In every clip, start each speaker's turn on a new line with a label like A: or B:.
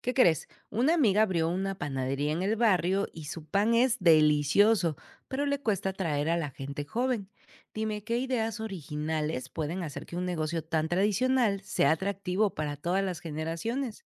A: ¿Qué crees? Una amiga abrió una panadería en el barrio y su pan es delicioso, pero le cuesta atraer a la gente joven. Dime, ¿qué ideas originales pueden hacer que un negocio tan tradicional sea atractivo para todas las generaciones?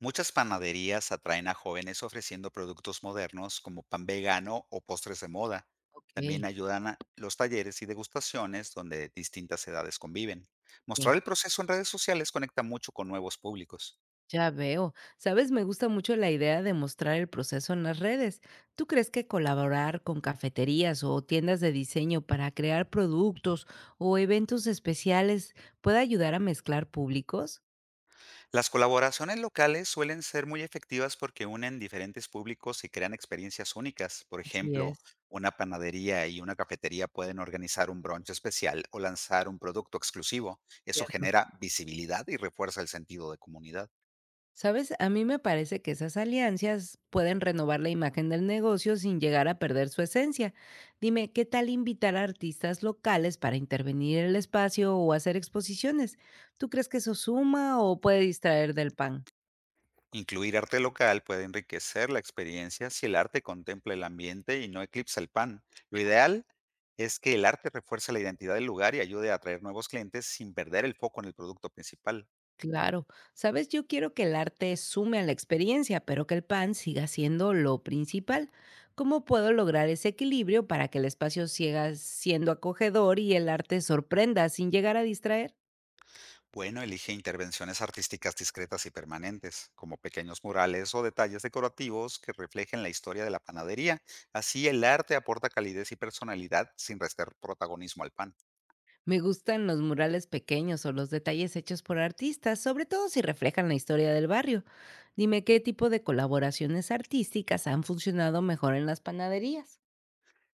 B: Muchas panaderías atraen a jóvenes ofreciendo productos modernos como pan vegano o postres de moda.
A: Ok,
B: También ayudan a los talleres y degustaciones donde distintas edades conviven.
A: sí.
B: Mostrar el proceso en redes sociales conecta mucho con nuevos públicos.
A: Ya veo. Sabes, me gusta mucho la idea de mostrar el proceso en las redes. ¿Tú crees que colaborar con cafeterías o tiendas de diseño para crear productos o eventos especiales puede ayudar a mezclar públicos?
B: Las colaboraciones locales suelen ser muy efectivas porque unen diferentes públicos y crean experiencias únicas. Por
A: Así
B: ejemplo,
A: es.
B: una panadería y una cafetería pueden organizar un brunch especial o lanzar un producto exclusivo. Eso
A: Cierto.
B: genera visibilidad y refuerza el sentido de comunidad.
A: ¿Sabes? A mí me parece que esas alianzas pueden renovar la imagen del negocio sin llegar a perder su esencia. Dime, ¿qué tal invitar a artistas locales para intervenir en el espacio o hacer exposiciones? ¿Tú crees que eso suma o puede distraer del pan?
B: Incluir arte local puede enriquecer la experiencia si el arte contempla el ambiente y no eclipsa el pan. Lo ideal es que el arte refuerce la identidad del lugar y ayude a atraer nuevos clientes sin perder el foco en el producto principal.
A: Claro, sabes, yo quiero que el arte sume a la experiencia, pero que el pan siga siendo lo principal. ¿Cómo puedo lograr ese equilibrio para que el espacio siga siendo acogedor y el arte sorprenda sin llegar a distraer?
B: Bueno, elige intervenciones artísticas discretas y permanentes, como pequeños murales o detalles decorativos que reflejen la historia de la panadería. Así el arte aporta calidez y personalidad sin restar protagonismo al pan.
A: Me gustan los murales pequeños o los detalles hechos por artistas, sobre todo si reflejan la historia del barrio. Dime qué tipo de colaboraciones artísticas han funcionado mejor en las panaderías.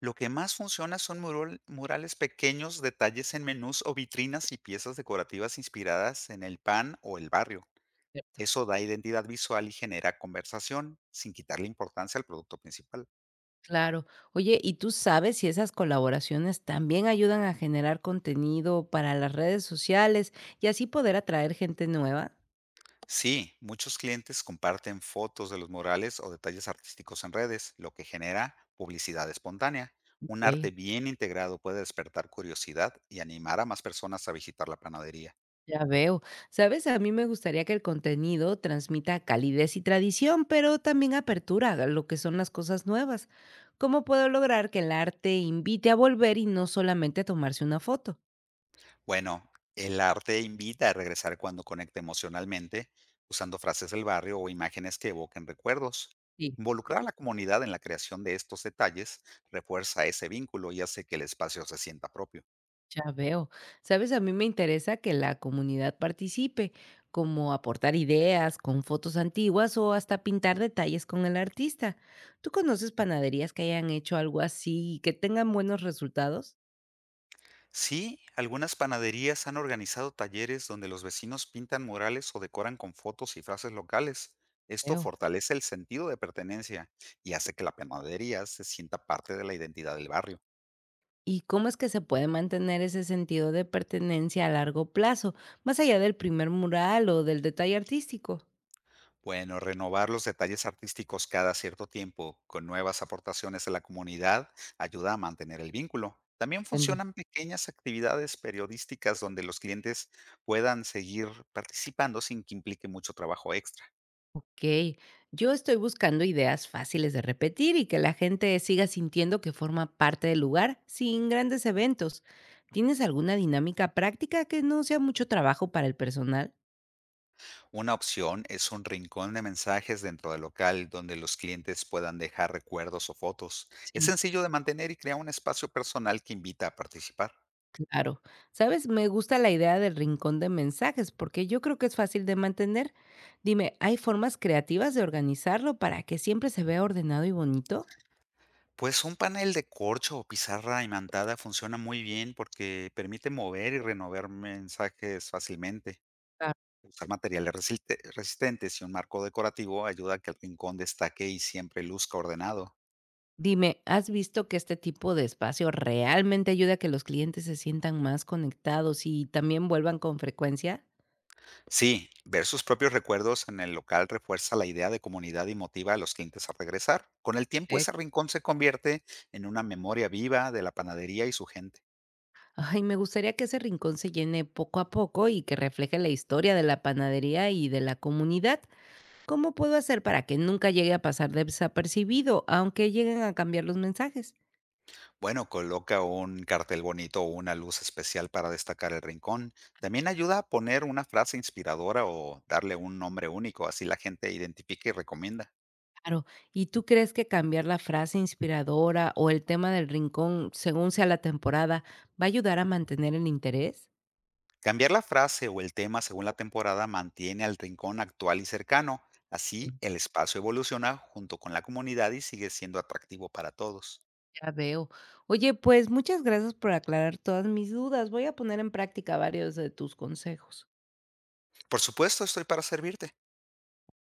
B: Lo que más funciona son murales pequeños, detalles en menús o vitrinas y piezas decorativas inspiradas en el pan o el barrio.
A: ¿Cierto?
B: Eso da identidad visual y genera conversación, sin quitarle importancia al producto principal.
A: Claro. Oye, ¿y tú sabes si esas colaboraciones también ayudan a generar contenido para las redes sociales y así poder atraer gente nueva?
B: Sí, muchos clientes comparten fotos de los murales o detalles artísticos en redes, lo que genera publicidad espontánea. Un
A: Ok.
B: arte bien integrado puede despertar curiosidad y animar a más personas a visitar la panadería.
A: Ya veo. Sabes, a mí me gustaría que el contenido transmita calidez y tradición, pero también apertura a lo que son las cosas nuevas. ¿Cómo puedo lograr que el arte invite a volver y no solamente a tomarse una foto?
B: Bueno, el arte invita a regresar cuando conecta emocionalmente, usando frases del barrio o imágenes que evoquen recuerdos.
A: Sí,
B: Involucrar a la comunidad en la creación de estos detalles refuerza ese vínculo y hace que el espacio se sienta propio.
A: ya veo. Sabes, a mí me interesa que la comunidad participe, como aportar ideas con fotos antiguas o hasta pintar detalles con el artista. ¿Tú conoces panaderías que hayan hecho algo así y que tengan buenos resultados?
B: Sí, algunas panaderías han organizado talleres donde los vecinos pintan murales o decoran con fotos y frases locales. Esto
A: Veo.
B: fortalece el sentido de pertenencia y hace que la panadería se sienta parte de la identidad del barrio.
A: ¿Y cómo es que se puede mantener ese sentido de pertenencia a largo plazo, más allá del primer mural o del detalle artístico?
B: Bueno, renovar los detalles artísticos cada cierto tiempo con nuevas aportaciones de la comunidad ayuda a mantener el vínculo. También
A: Entiendo.
B: funcionan pequeñas actividades periodísticas donde los clientes puedan seguir participando sin que implique mucho trabajo extra.
A: Ok, yo estoy buscando ideas fáciles de repetir y que la gente siga sintiendo que forma parte del lugar sin grandes eventos. ¿Tienes alguna dinámica práctica que no sea mucho trabajo para el personal?
B: Una opción es un rincón de mensajes dentro del local donde los clientes puedan dejar recuerdos o fotos. Es
A: Sí.
B: sencillo de mantener y crea un espacio personal que invita a participar.
A: Claro. ¿Sabes? Me gusta la idea del rincón de mensajes porque yo creo que es fácil de mantener. Dime, ¿hay formas creativas de organizarlo para que siempre se vea ordenado y bonito?
B: Pues un panel de corcho o pizarra imantada funciona muy bien porque permite mover y renovar mensajes fácilmente.
A: Claro.
B: Usar materiales resistentes y un marco decorativo ayuda a que el rincón destaque y siempre luzca ordenado.
A: Dime, ¿has visto que este tipo de espacio realmente ayuda a que los clientes se sientan más conectados y también vuelvan con frecuencia?
B: Sí, ver sus propios recuerdos en el local refuerza la idea de comunidad y motiva a los clientes a regresar. Con el tiempo
A: Eh,
B: ese rincón se convierte en una memoria viva de la panadería y su gente.
A: Ay, me gustaría que ese rincón se llene poco a poco y que refleje la historia de la panadería y de la comunidad. ¿Cómo puedo hacer para que nunca llegue a pasar desapercibido, aunque lleguen a cambiar los mensajes?
B: Bueno, coloca un cartel bonito o una luz especial para destacar el rincón. También ayuda a poner una frase inspiradora o darle un nombre único, así la gente identifica y recomienda.
A: Claro, ¿y tú crees que cambiar la frase inspiradora o el tema del rincón según sea la temporada va a ayudar a mantener el interés?
B: Cambiar la frase o el tema según la temporada mantiene al rincón actual y cercano. Así,
A: Bien,
B: el espacio evoluciona junto con la comunidad y sigue siendo atractivo para todos.
A: ya veo. Oye, pues muchas gracias por aclarar todas mis dudas. Voy a poner en práctica varios de tus consejos.
B: Por supuesto, estoy para servirte.